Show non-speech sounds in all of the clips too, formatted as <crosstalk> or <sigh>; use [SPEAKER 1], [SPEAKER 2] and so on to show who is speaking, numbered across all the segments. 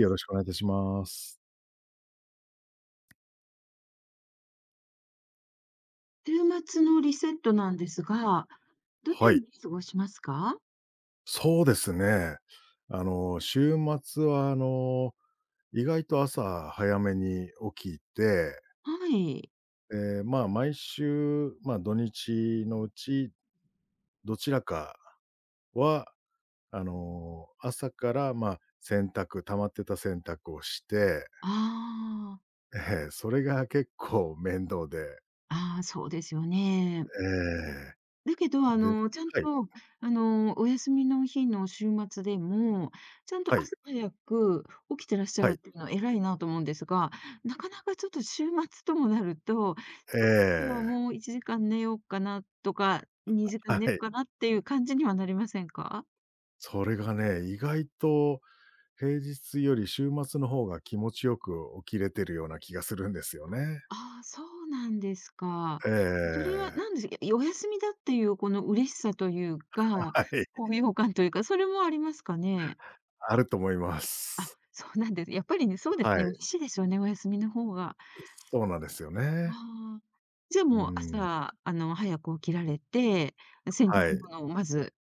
[SPEAKER 1] よろしくお願いいたします。
[SPEAKER 2] 週末のリセットなんですが、どの
[SPEAKER 1] は
[SPEAKER 2] よう
[SPEAKER 1] い、
[SPEAKER 2] に過ごしますか？
[SPEAKER 1] そうですね。週末は、意外と朝早めに起きて、
[SPEAKER 2] はい。
[SPEAKER 1] ええ、まあ、毎週、まあ、土日のうちどちらかは、朝から、まあ、洗濯溜まってた洗濯をして、
[SPEAKER 2] ああ、
[SPEAKER 1] ええ、それが結構面倒で、
[SPEAKER 2] ああ、そうですよね。
[SPEAKER 1] ええ、
[SPEAKER 2] だけど、
[SPEAKER 1] で
[SPEAKER 2] ちゃんと、
[SPEAKER 1] はい、
[SPEAKER 2] お休みの日の週末でも、ちゃんと
[SPEAKER 1] はい、
[SPEAKER 2] 朝早く起きてらっしゃ
[SPEAKER 1] は
[SPEAKER 2] る
[SPEAKER 1] い、
[SPEAKER 2] っていうのは偉いなと思うんですが、なかなかちょっと週末ともなると、
[SPEAKER 1] え
[SPEAKER 2] ちょっと
[SPEAKER 1] え、
[SPEAKER 2] もう1時間寝ようかなとか、2時
[SPEAKER 1] は
[SPEAKER 2] 間寝よう
[SPEAKER 1] い。
[SPEAKER 2] かなっていう感じにはなりませんか？
[SPEAKER 1] それがね、意外と平日より週末の方が気持ちよく起きれてるような気がするんですよね。
[SPEAKER 2] ああ、そうなんですか。
[SPEAKER 1] え
[SPEAKER 2] それは
[SPEAKER 1] え。
[SPEAKER 2] 何ですか、お休みだっていうこの嬉しさというか、
[SPEAKER 1] はい、
[SPEAKER 2] 高揚感というか、それもありますかね？
[SPEAKER 1] あると思いま
[SPEAKER 2] あ、
[SPEAKER 1] す。
[SPEAKER 2] そうなんです。やっぱりね、そうです
[SPEAKER 1] は
[SPEAKER 2] ね、
[SPEAKER 1] い、
[SPEAKER 2] 嬉しいですよね、お休みの方が。
[SPEAKER 1] そうなんですよね。
[SPEAKER 2] ああ。じゃあ
[SPEAKER 1] う
[SPEAKER 2] もう
[SPEAKER 1] ん、
[SPEAKER 2] 朝、早く起きられて、洗濯
[SPEAKER 1] はい、
[SPEAKER 2] 物をまず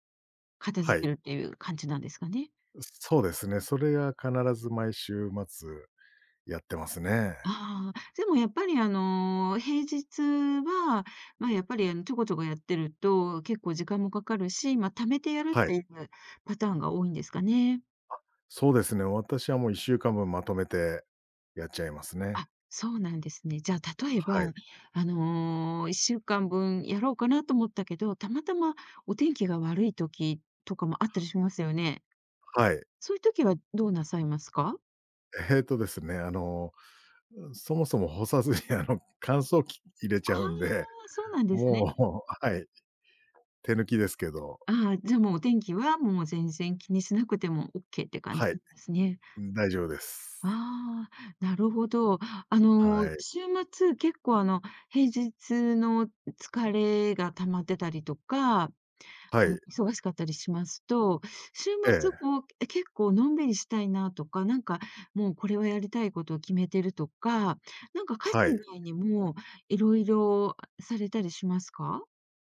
[SPEAKER 2] 片
[SPEAKER 1] は
[SPEAKER 2] 付け
[SPEAKER 1] い。
[SPEAKER 2] るっていう感じなんですかね？
[SPEAKER 1] そうですね、それが必ず毎週末やってますね。
[SPEAKER 2] ああ、でもやっぱり平日は、ま、やっぱりちょこちょこやってると、結構時間もかかるし、ま、貯めてやるっ
[SPEAKER 1] はい、
[SPEAKER 2] ていうパターンが多いんですかね。
[SPEAKER 1] そうですね、私はもう1週間分まとめてやっちゃいますね。
[SPEAKER 2] あ、そうなんですね。じゃあ例えば、
[SPEAKER 1] はい、
[SPEAKER 2] 1週間分やろうかなと思ったけど、たまたまお天気が悪い時とかもあったりしますよね。
[SPEAKER 1] はい。
[SPEAKER 2] そういう時はどうなさいますか？
[SPEAKER 1] えっとですね、そもそも干さずに乾燥機入れ
[SPEAKER 2] あ
[SPEAKER 1] ちゃうんで、
[SPEAKER 2] あ、そうなんですね。
[SPEAKER 1] もうはい。手抜きですけど、
[SPEAKER 2] ああ、じゃあもうお天気はもう全然気にしなくてもオッケーって感
[SPEAKER 1] は
[SPEAKER 2] じ
[SPEAKER 1] い、
[SPEAKER 2] ですね。
[SPEAKER 1] 大丈夫です。
[SPEAKER 2] ああ、なるほど。
[SPEAKER 1] はい。
[SPEAKER 2] 週末、結構、平日の疲れが溜まってたりとか、
[SPEAKER 1] はい。
[SPEAKER 2] 忙しかったりしますと、週
[SPEAKER 1] え
[SPEAKER 2] 末、
[SPEAKER 1] え、
[SPEAKER 2] こう、結構のんびりしたいなとか、なんか、もうこれはやりたいことを決めてるとか、なんか家事
[SPEAKER 1] は
[SPEAKER 2] 以
[SPEAKER 1] い。
[SPEAKER 2] 外にもいろいろされたりしますか？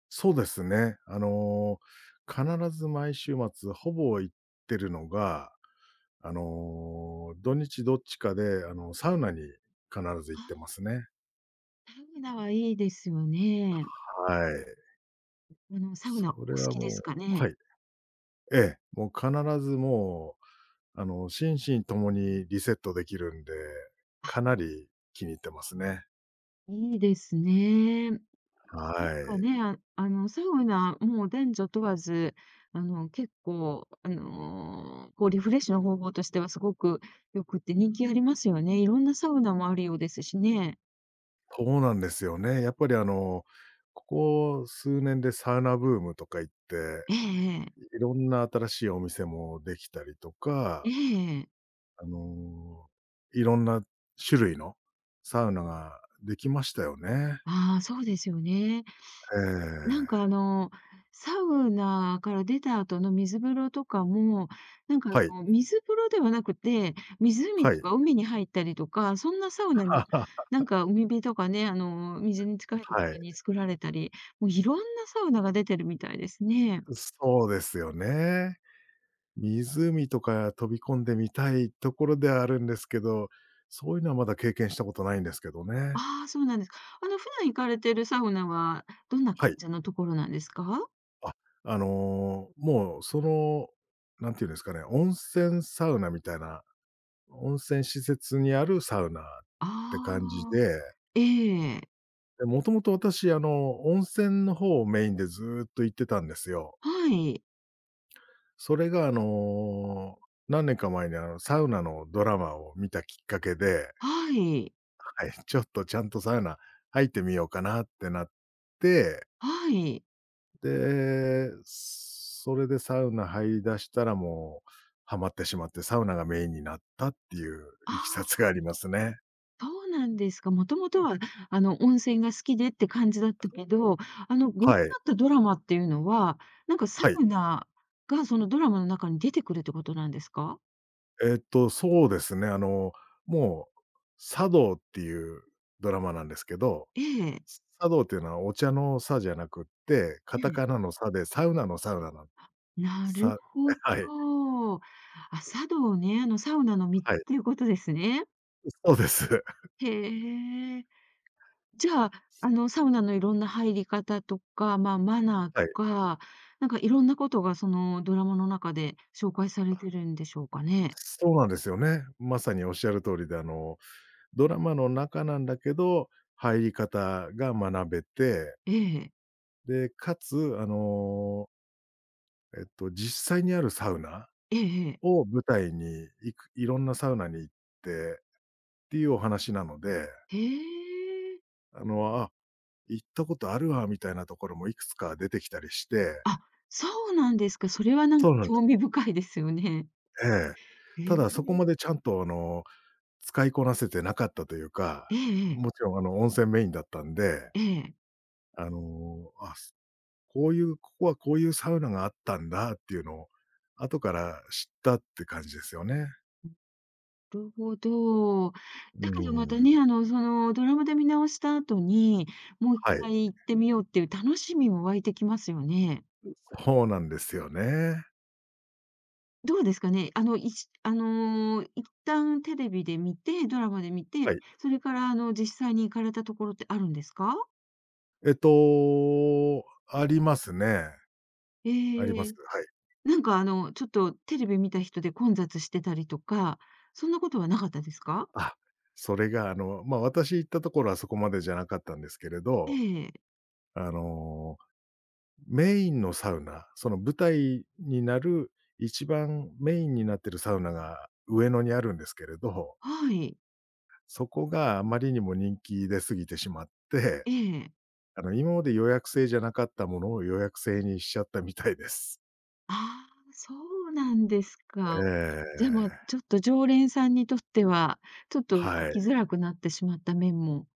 [SPEAKER 1] そうですね。必ず毎週末、ほぼ行ってるのが、土日どっちかで、サウナに必ず行って
[SPEAKER 2] あ、
[SPEAKER 1] ますね。
[SPEAKER 2] サウナはいいですよね。
[SPEAKER 1] はい。
[SPEAKER 2] サウナ
[SPEAKER 1] それ
[SPEAKER 2] お好
[SPEAKER 1] は
[SPEAKER 2] きです
[SPEAKER 1] も
[SPEAKER 2] か
[SPEAKER 1] う
[SPEAKER 2] ね？
[SPEAKER 1] はい。ええ、もう必ずもう、心身ともにリセットできるんで、かなり気に入ってますね。
[SPEAKER 2] いいですね。なん
[SPEAKER 1] は
[SPEAKER 2] か
[SPEAKER 1] い。
[SPEAKER 2] ね、サウナ、もう男女問わず、結構、こう、リフレッシュの方法としてはすごくよくって人気ありますよね。いろんなサウナもあるようですしね。
[SPEAKER 1] そうなんですよね。やっぱりここ数年でサウナブームとか言って、
[SPEAKER 2] ええええ。
[SPEAKER 1] いろんな新しいお店もできたりと
[SPEAKER 2] え
[SPEAKER 1] か、
[SPEAKER 2] え。
[SPEAKER 1] あの、いろんな種類のサウナができましたよね。
[SPEAKER 2] ああ、そうですよね。
[SPEAKER 1] え
[SPEAKER 2] なんか
[SPEAKER 1] え。
[SPEAKER 2] サウナから出た後の水風呂とかも、なんか
[SPEAKER 1] はい、
[SPEAKER 2] 水風呂ではなくて、湖
[SPEAKER 1] は
[SPEAKER 2] と
[SPEAKER 1] い。
[SPEAKER 2] か海に入ったりとか、そんなサウナも、
[SPEAKER 1] <laughs>
[SPEAKER 2] なんか海辺とかね、水に近いとこ
[SPEAKER 1] はい。
[SPEAKER 2] ろに作られたり、もういろんなサウナが出てるみたいですね。
[SPEAKER 1] そうですよね。湖とか飛び込んでみたいところではあるんですけど、そういうのはまだ経験したことないんですけどね。
[SPEAKER 2] ああ、そうなんですか。普段行かれてるサウナはどんな
[SPEAKER 1] は
[SPEAKER 2] 感
[SPEAKER 1] い。
[SPEAKER 2] じのところなんですか？
[SPEAKER 1] あ、もうなんていうんですかね、温泉サウナみたいな、温泉施設にあるサウナっ
[SPEAKER 2] あ
[SPEAKER 1] て感じ
[SPEAKER 2] あ
[SPEAKER 1] で、
[SPEAKER 2] ー、ええ。
[SPEAKER 1] で、もともと私、温泉の方をメインでずーっと行ってたんですよ。
[SPEAKER 2] はい。
[SPEAKER 1] それが、何年か前に、サウナのドラマを見たきっかけで、
[SPEAKER 2] はい。
[SPEAKER 1] はい、ちょっとちゃんとサウナ入ってみようかなってなって
[SPEAKER 2] はい。
[SPEAKER 1] で、それでサウナ入り出したらもう、ハマってしまって、サウナがメインになったっていう
[SPEAKER 2] あ
[SPEAKER 1] いきさ
[SPEAKER 2] あ。
[SPEAKER 1] つがありますね。
[SPEAKER 2] そうなんですか。もともとは、温泉が好きでって感じだったけど、ご覧に
[SPEAKER 1] はい。
[SPEAKER 2] なったドラマっていうのは、なんかサ
[SPEAKER 1] はい。
[SPEAKER 2] ウナがそのドラマの中に出てくるってことなんですか？
[SPEAKER 1] そうですね、もう、茶道っていうドラマなんですけど、
[SPEAKER 2] ええ、
[SPEAKER 1] 茶道っていうのはお茶の茶じゃなくって、カ
[SPEAKER 2] え
[SPEAKER 1] タ
[SPEAKER 2] え。
[SPEAKER 1] カナの茶でサウナのサウナの
[SPEAKER 2] なる
[SPEAKER 1] さ
[SPEAKER 2] ほ
[SPEAKER 1] <laughs> はい、
[SPEAKER 2] ど。あ、茶道ね、サウナの道っ
[SPEAKER 1] はい。
[SPEAKER 2] ていうことですね。
[SPEAKER 1] そうです。
[SPEAKER 2] へえ。じゃあ、サウナのいろんな入り方とか、まあ、マナー
[SPEAKER 1] はい。
[SPEAKER 2] とか、なんかいろんなことがそのドラマの中で紹介されてるんでしょうかね？
[SPEAKER 1] そうなんですよね。まさにおっしゃる通りで、あのドラマの中なんだけど、入り方が学べて、
[SPEAKER 2] ええ。
[SPEAKER 1] で、かつ、実際にあるサウナ
[SPEAKER 2] ええええ。
[SPEAKER 1] を舞台に行くいろんなサウナに行ってっていうお話なので、
[SPEAKER 2] へえ。
[SPEAKER 1] あ、行ったことあるわみたいなところもいくつか出てきたりして
[SPEAKER 2] あ、そうなんですか。それは
[SPEAKER 1] そうなんです
[SPEAKER 2] 興味
[SPEAKER 1] よ。
[SPEAKER 2] 深いですよね。
[SPEAKER 1] ええ。
[SPEAKER 2] へ
[SPEAKER 1] ただそこ
[SPEAKER 2] え。
[SPEAKER 1] までちゃんと、使いこなせてなかったという
[SPEAKER 2] え
[SPEAKER 1] か、
[SPEAKER 2] えええ。
[SPEAKER 1] もちろん、温泉メインだったんで、
[SPEAKER 2] ええ。
[SPEAKER 1] あ、すこういう、ここはこういうサウナがあったんだっていうのを、後から知ったって感じですよね。
[SPEAKER 2] なるほど。
[SPEAKER 1] う
[SPEAKER 2] だけどまた
[SPEAKER 1] ーん、
[SPEAKER 2] ね、そのドラマで見直した後に、もう一
[SPEAKER 1] はい。
[SPEAKER 2] 回行ってみようっていう楽しみも湧いてきますよね。
[SPEAKER 1] そうなんですよね。
[SPEAKER 2] どうですかね。あの、いちあの、一旦テレビで見て、ドラマで見
[SPEAKER 1] は
[SPEAKER 2] て、
[SPEAKER 1] い。
[SPEAKER 2] それから実際に行かれたところってあるんですか？
[SPEAKER 1] ありますね。
[SPEAKER 2] え
[SPEAKER 1] あります。
[SPEAKER 2] え。
[SPEAKER 1] はい。
[SPEAKER 2] なんかちょっとテレビ見た人で混雑してたりとか、そんなことはなかったですか？
[SPEAKER 1] あ、それがま、私行ったところはそこまでじゃなかったんですけれ
[SPEAKER 2] え
[SPEAKER 1] ど、
[SPEAKER 2] え、
[SPEAKER 1] あの、メインのサウナ、その舞台になる一番メインになってるサウナが上野にあるんですけれど
[SPEAKER 2] はい、
[SPEAKER 1] そこがあまりにも人気出過ぎてしまって、
[SPEAKER 2] ええ。
[SPEAKER 1] 今まで予約制じゃなかったものを予約制にしちゃったみたいです。
[SPEAKER 2] ああ、そうなんですか。
[SPEAKER 1] え
[SPEAKER 2] じゃあ、まあ、
[SPEAKER 1] え。
[SPEAKER 2] ちょっと常連さんにとっては、ちょっと行
[SPEAKER 1] はい。
[SPEAKER 2] きづらくなってしまった面も、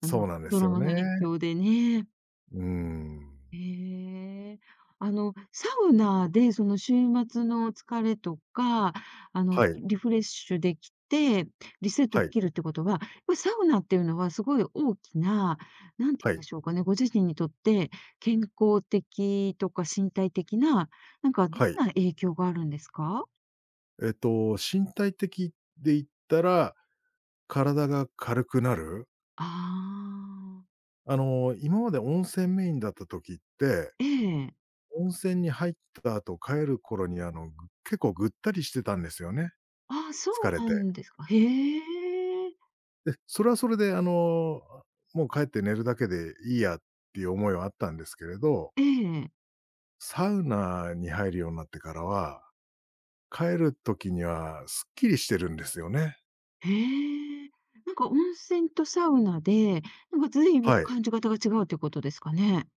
[SPEAKER 1] そうなんで
[SPEAKER 2] ド
[SPEAKER 1] す
[SPEAKER 2] ラ
[SPEAKER 1] よ
[SPEAKER 2] マの影
[SPEAKER 1] ね。
[SPEAKER 2] 響でね。
[SPEAKER 1] うーん。
[SPEAKER 2] へえ。サウナで、その、週末の疲れとか、
[SPEAKER 1] はい、
[SPEAKER 2] リフレッシュできて、リセット
[SPEAKER 1] は
[SPEAKER 2] で
[SPEAKER 1] い、
[SPEAKER 2] きるってことは、やっぱサウナっていうのはすごい大きな、なんて言
[SPEAKER 1] は
[SPEAKER 2] う
[SPEAKER 1] い、
[SPEAKER 2] んでしょうかね、ご自身にとって健康的とか身体的な、なんか、ど
[SPEAKER 1] はい。
[SPEAKER 2] んな影響があるんですか？
[SPEAKER 1] 身体的で言ったら、体が軽くなる。
[SPEAKER 2] ああー。
[SPEAKER 1] 今まで温泉メインだった時って、
[SPEAKER 2] ええ。
[SPEAKER 1] 温泉に入った後帰る頃に、結構ぐったりしてたんですよね、
[SPEAKER 2] ああ、そう
[SPEAKER 1] 疲れ
[SPEAKER 2] な
[SPEAKER 1] て。
[SPEAKER 2] んですか。へえ。
[SPEAKER 1] でそれはそれでもう帰って寝るだけでいいやっていう思いはあったんですけれど、
[SPEAKER 2] ええ。
[SPEAKER 1] サウナに入るようになってからは、帰る時にはすっきりしてるんですよね。
[SPEAKER 2] へえ。なんか温泉とサウナで、なんか随分
[SPEAKER 1] はい。
[SPEAKER 2] 感じ方が違うということですかね。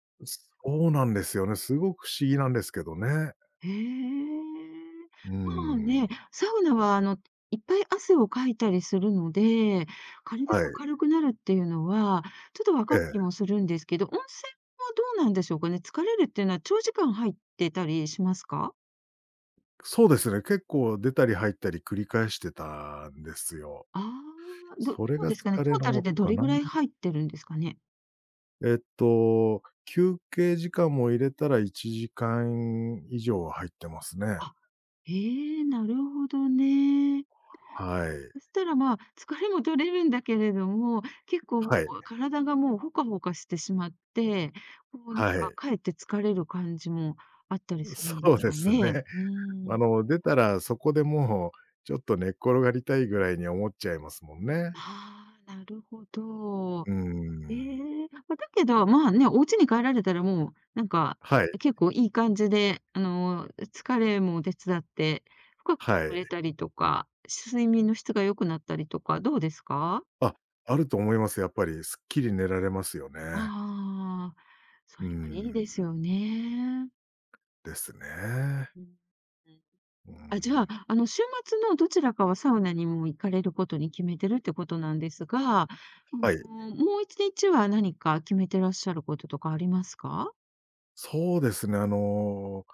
[SPEAKER 1] そうなんですよね。すごく不思議なんですけどね。
[SPEAKER 2] へえ。
[SPEAKER 1] うー
[SPEAKER 2] まあ
[SPEAKER 1] ん。
[SPEAKER 2] ね、サウナはいっぱい汗をかいたりするので、体
[SPEAKER 1] は
[SPEAKER 2] が
[SPEAKER 1] い。
[SPEAKER 2] 軽くなるっていうのは、ちょっとわ
[SPEAKER 1] え
[SPEAKER 2] かる気
[SPEAKER 1] え。
[SPEAKER 2] もするんですけど、温泉はどうなんでしょうかね。疲れるっていうのは長時間入ってたりしますか？
[SPEAKER 1] そうですね、結構出たり入ったり繰り返してたんですよ。
[SPEAKER 2] ああー、ど
[SPEAKER 1] それ
[SPEAKER 2] う
[SPEAKER 1] が
[SPEAKER 2] ですかね。
[SPEAKER 1] 疲
[SPEAKER 2] ト
[SPEAKER 1] れ
[SPEAKER 2] ー
[SPEAKER 1] の
[SPEAKER 2] タル
[SPEAKER 1] も
[SPEAKER 2] で
[SPEAKER 1] と
[SPEAKER 2] ど
[SPEAKER 1] か
[SPEAKER 2] れ
[SPEAKER 1] な。
[SPEAKER 2] ぐらい入ってるんですかね？
[SPEAKER 1] 休憩時間も入れたら1時間以上は入ってますね。
[SPEAKER 2] あ、へえ、なるほどね。
[SPEAKER 1] はい。
[SPEAKER 2] そしたら、まあ、疲れも取れるんだけれども、結構も
[SPEAKER 1] はい。
[SPEAKER 2] う体がもうほかほかしてしまって、こうなん
[SPEAKER 1] は
[SPEAKER 2] か
[SPEAKER 1] い。
[SPEAKER 2] かえって疲れる感じもあったり
[SPEAKER 1] <laughs>
[SPEAKER 2] する
[SPEAKER 1] そ
[SPEAKER 2] んでし
[SPEAKER 1] うで
[SPEAKER 2] ょう
[SPEAKER 1] す
[SPEAKER 2] ね。
[SPEAKER 1] ね。
[SPEAKER 2] うーん。
[SPEAKER 1] 出たらそこでもう、ちょっと寝っ転がりたいぐらいに思っちゃいますもんね。
[SPEAKER 2] ああ、なるほど。
[SPEAKER 1] うー
[SPEAKER 2] え
[SPEAKER 1] ん。
[SPEAKER 2] え、ま、だけど、まあね、お家に帰られたらもう、なんか、
[SPEAKER 1] はい、
[SPEAKER 2] 結構いい感じで、疲れも手伝って、深く
[SPEAKER 1] は
[SPEAKER 2] 眠
[SPEAKER 1] い。
[SPEAKER 2] れたりとか、睡眠の質が良くなったりとか、どうですか？
[SPEAKER 1] あ、あると思います、やっぱり。すっきり寝られますよね。
[SPEAKER 2] ああ。そ
[SPEAKER 1] うー
[SPEAKER 2] れはいいです
[SPEAKER 1] ん、
[SPEAKER 2] よね。
[SPEAKER 1] ですね。
[SPEAKER 2] うん。
[SPEAKER 1] うー
[SPEAKER 2] あ、じゃ
[SPEAKER 1] ん。
[SPEAKER 2] あ、週末のどちらかはサウナにも行かれることに決めてるってことなんですが、
[SPEAKER 1] はい。
[SPEAKER 2] の、もう1日は何か決めてらっしゃることとかありますか？
[SPEAKER 1] そうですね、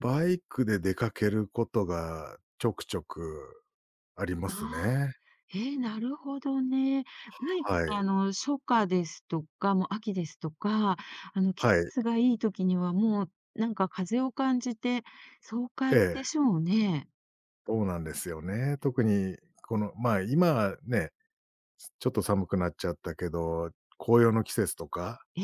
[SPEAKER 1] バイクで出かけることがちょくちょくありま
[SPEAKER 2] あ
[SPEAKER 1] す
[SPEAKER 2] あ、
[SPEAKER 1] ね。
[SPEAKER 2] なるほどね。何か
[SPEAKER 1] はい。
[SPEAKER 2] 初夏ですとか、もう秋ですとか、季
[SPEAKER 1] はい。
[SPEAKER 2] 節がいい時にはもう、なんか風を感じて爽
[SPEAKER 1] え
[SPEAKER 2] 快でし
[SPEAKER 1] え。
[SPEAKER 2] ょうね。
[SPEAKER 1] そうなんですよね。特にこの、まあ、今はね、ちょっと寒くなっちゃったけど、紅葉の季節とか
[SPEAKER 2] え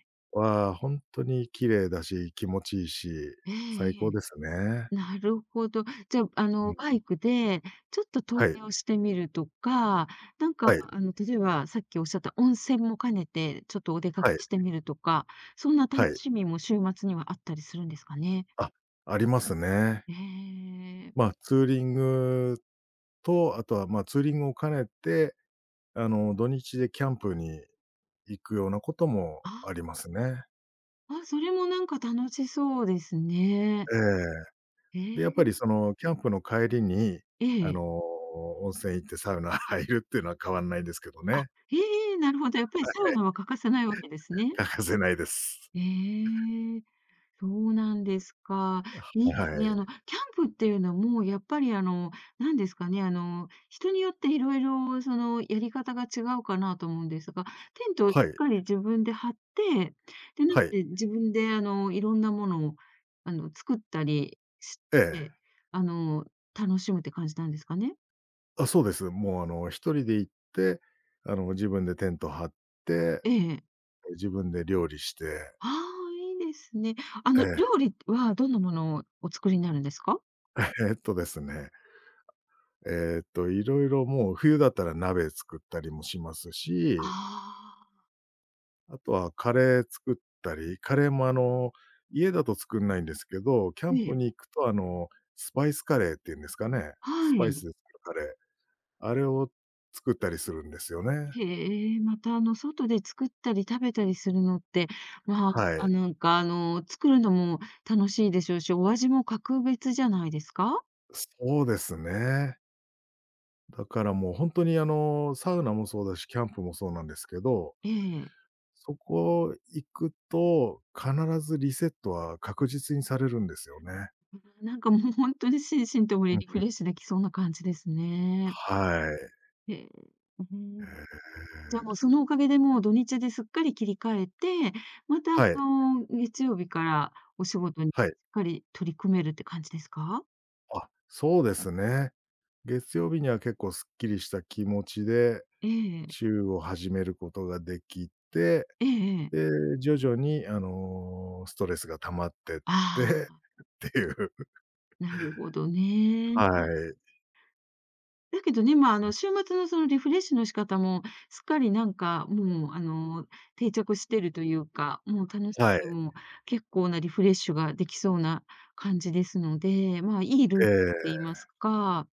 [SPEAKER 2] え。
[SPEAKER 1] は本当に綺麗だし、気持ちいいし、
[SPEAKER 2] ええ
[SPEAKER 1] 最
[SPEAKER 2] え
[SPEAKER 1] 高
[SPEAKER 2] え。
[SPEAKER 1] ですね。
[SPEAKER 2] なるほど。じゃあ、
[SPEAKER 1] うん。
[SPEAKER 2] バイクでちょっと遠
[SPEAKER 1] はい、
[SPEAKER 2] 出をしてみるとか、なんか、
[SPEAKER 1] はい、
[SPEAKER 2] 例えばさっきおっしゃった温泉も兼ねて、ちょっとお出かけ
[SPEAKER 1] はい、
[SPEAKER 2] してみるとか、そんな楽
[SPEAKER 1] はい。
[SPEAKER 2] しみも週末にはあったりするんですかね？
[SPEAKER 1] あ、ありますね。
[SPEAKER 2] ええ。
[SPEAKER 1] まあ、ツーリングと、あとは、ま、ツーリングを兼ねて、土日でキャンプに行くようなこともあり
[SPEAKER 2] あ
[SPEAKER 1] ますね。
[SPEAKER 2] あ、それもなんか楽しそうですね。
[SPEAKER 1] ええ。
[SPEAKER 2] え
[SPEAKER 1] で、やっぱり
[SPEAKER 2] え、
[SPEAKER 1] そのキャンプの帰りに、
[SPEAKER 2] え
[SPEAKER 1] あ
[SPEAKER 2] え。
[SPEAKER 1] の、温泉行ってサウナ <laughs> 入るっていうのは変わんないですけど
[SPEAKER 2] あ、
[SPEAKER 1] ね。
[SPEAKER 2] ええ、なるほど、やっぱり
[SPEAKER 1] <laughs>
[SPEAKER 2] サ
[SPEAKER 1] え
[SPEAKER 2] ウナは
[SPEAKER 1] え、
[SPEAKER 2] 欠かせないわけですね。
[SPEAKER 1] 欠かせないです。
[SPEAKER 2] ええ。そうなんですか。い
[SPEAKER 1] は
[SPEAKER 2] いですね。
[SPEAKER 1] い。
[SPEAKER 2] キャンプっていうのも、やっぱりなんですかね、人によっていろいろ、その、やり方が違うかなと思うんですが、テントをしっ
[SPEAKER 1] はい。はい。
[SPEAKER 2] かり自分で張って、で、中で自分で、いろんなものを、作ったりし
[SPEAKER 1] ええ。
[SPEAKER 2] て、あの、楽しむって感じなんですかね？
[SPEAKER 1] あ、そうです。もう一人で行って、自分でテント張って、
[SPEAKER 2] ええ。
[SPEAKER 1] 自分で料理して、
[SPEAKER 2] ああ、いいですね。
[SPEAKER 1] ええ、
[SPEAKER 2] 料理はどんなものをお作りになるんですか？
[SPEAKER 1] <laughs> えっとですね、えっと、いろいろもう冬だったら鍋作ったりもしますし
[SPEAKER 2] あ
[SPEAKER 1] あとはカレー作ったり、カレーも家だと作んないんですけど、キ
[SPEAKER 2] あ
[SPEAKER 1] ャ
[SPEAKER 2] ー、
[SPEAKER 1] ン
[SPEAKER 2] え
[SPEAKER 1] プ
[SPEAKER 2] え、
[SPEAKER 1] に行くとスパイスカレーっていうんですかね、ス
[SPEAKER 2] は
[SPEAKER 1] パイス
[SPEAKER 2] い。
[SPEAKER 1] で作るカレー、あれを作ったりするんですよね。
[SPEAKER 2] へえ、また、外で作ったり食べたりするのって、まあ、
[SPEAKER 1] はい。
[SPEAKER 2] あ、なんか、作るのも楽しいでしょうし、お味も格別じゃないですか？
[SPEAKER 1] そうですね。だからもうほんとにサウナもそうだし、キャンプもそうなんですけど、
[SPEAKER 2] ええ。
[SPEAKER 1] そこ行くと、必ずリセットは確実にされるんですよね。
[SPEAKER 2] なんか、もう、本んとに心身とも
[SPEAKER 1] うん
[SPEAKER 2] にリ
[SPEAKER 1] う
[SPEAKER 2] フ
[SPEAKER 1] ん。
[SPEAKER 2] レッシュできそうな感じですね。
[SPEAKER 1] はい。
[SPEAKER 2] へえ、う
[SPEAKER 1] え
[SPEAKER 2] ん。じゃあ、も
[SPEAKER 1] え。
[SPEAKER 2] う、そのおかげで、もう、土日ですっかり切り替えて、また、
[SPEAKER 1] はい。
[SPEAKER 2] 月曜日からお仕事にしっ
[SPEAKER 1] はい。
[SPEAKER 2] かり取り組めるって感じですか？
[SPEAKER 1] あ、そうですね。月曜日には結構すっきりした気持ちで、
[SPEAKER 2] ええ。
[SPEAKER 1] 週を始めることができて、
[SPEAKER 2] ええええ。
[SPEAKER 1] で、徐々にストレスが溜まってって
[SPEAKER 2] あ
[SPEAKER 1] <laughs> っていう。
[SPEAKER 2] あ、なるほどね。
[SPEAKER 1] はい。
[SPEAKER 2] だけどね、まあ、週末のそのリフレッシュの仕方も、すっかりなんか、もう、定着してるというか、もう楽し
[SPEAKER 1] は
[SPEAKER 2] み
[SPEAKER 1] い。
[SPEAKER 2] も結構なリフレッシュができそうな感じですので、まあ、いいル
[SPEAKER 1] え
[SPEAKER 2] ーティンとて言
[SPEAKER 1] え、
[SPEAKER 2] いますか、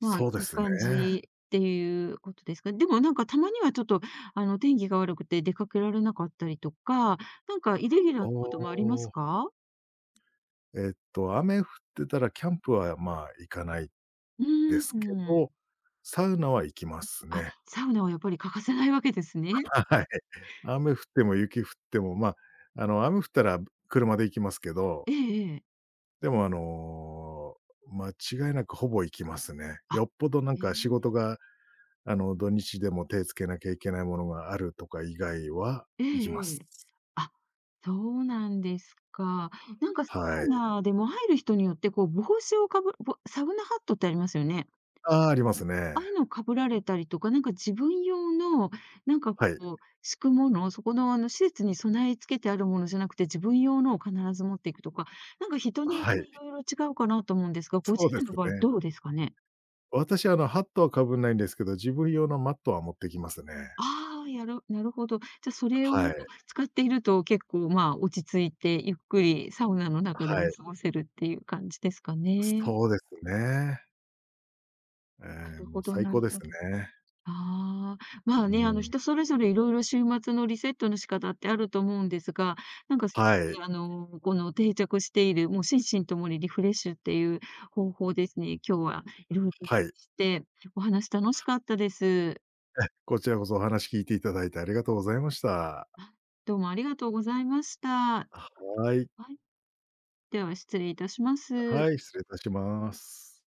[SPEAKER 2] まあ、い
[SPEAKER 1] そうで
[SPEAKER 2] い
[SPEAKER 1] すね。
[SPEAKER 2] 感じっていうことですか。でもなんかたまにはちょっと、天気が悪くて出かけられなかったりとか、なんかイレギュラー
[SPEAKER 1] お
[SPEAKER 2] なこともあります
[SPEAKER 1] お、
[SPEAKER 2] か？
[SPEAKER 1] 雨降ってたらキャンプは、まあ、行かない
[SPEAKER 2] う
[SPEAKER 1] で
[SPEAKER 2] ー
[SPEAKER 1] すけ
[SPEAKER 2] ん。
[SPEAKER 1] ど、サウナは行きます
[SPEAKER 2] あ、
[SPEAKER 1] ね。
[SPEAKER 2] サウナはやっぱり欠かせないわけですね。
[SPEAKER 1] はい。雨降っても雪降っても、まあ、雨降ったら車で行きますけど
[SPEAKER 2] ええええ。
[SPEAKER 1] でも、間違いなくほぼ行きますね。
[SPEAKER 2] あ、
[SPEAKER 1] よっぽどなん
[SPEAKER 2] ええ。
[SPEAKER 1] か仕事が、土日でも手つけなきゃいけないものがあるとか以外は
[SPEAKER 2] え
[SPEAKER 1] 行
[SPEAKER 2] え
[SPEAKER 1] きま
[SPEAKER 2] え
[SPEAKER 1] す。
[SPEAKER 2] え。あ、そうなんですか。なんかサ
[SPEAKER 1] はい。
[SPEAKER 2] ウナでも入る人によって、こう、帽子をかぶぼサウナハットってありますよね。
[SPEAKER 1] ああ、あります
[SPEAKER 2] ああ
[SPEAKER 1] ね。
[SPEAKER 2] いうのをかぶられたりとか、なんか自分用の、なんかこ
[SPEAKER 1] はい。
[SPEAKER 2] う、敷くもの、そこのあの施設に備え付けてあるものじゃなくて、自分用のを必ず持っていくとか、なんか人によっ
[SPEAKER 1] は
[SPEAKER 2] てい
[SPEAKER 1] い。
[SPEAKER 2] ろいろ違うかなと思うんですが、ご
[SPEAKER 1] そ
[SPEAKER 2] 自
[SPEAKER 1] うで
[SPEAKER 2] 身
[SPEAKER 1] す
[SPEAKER 2] の場合
[SPEAKER 1] ね。
[SPEAKER 2] どうですかね？
[SPEAKER 1] 私、ハットはかぶんないんですけど、自分用のマットは持ってきますね。
[SPEAKER 2] ああ、なるほど。じゃあ、それを
[SPEAKER 1] はい。
[SPEAKER 2] 使っていると結構、まあ、落ち着いてゆっくりサウナの中で
[SPEAKER 1] は
[SPEAKER 2] も
[SPEAKER 1] い。
[SPEAKER 2] 過ごせるっていう感じですかね。
[SPEAKER 1] そうですね。え
[SPEAKER 2] なる
[SPEAKER 1] も
[SPEAKER 2] ほ
[SPEAKER 1] う
[SPEAKER 2] ど
[SPEAKER 1] 最
[SPEAKER 2] な
[SPEAKER 1] 高
[SPEAKER 2] る
[SPEAKER 1] です
[SPEAKER 2] ほど。
[SPEAKER 1] ね
[SPEAKER 2] ああ、まあ
[SPEAKER 1] う
[SPEAKER 2] ね、
[SPEAKER 1] ん。
[SPEAKER 2] 人それぞれいろいろ週末のリセットの仕方ってあると思うんですが、なんか
[SPEAKER 1] はい。
[SPEAKER 2] この定着している、もう心身ともにリフレッシュっていう方法ですね、今日はいろいろ
[SPEAKER 1] はい。
[SPEAKER 2] して、お話楽しかったです。
[SPEAKER 1] こちらこそお話聞いていただいてありがとうございました。
[SPEAKER 2] どうもありがとうございました。
[SPEAKER 1] はい。
[SPEAKER 2] はい。では、失礼いたします。
[SPEAKER 1] はい、失礼いたします。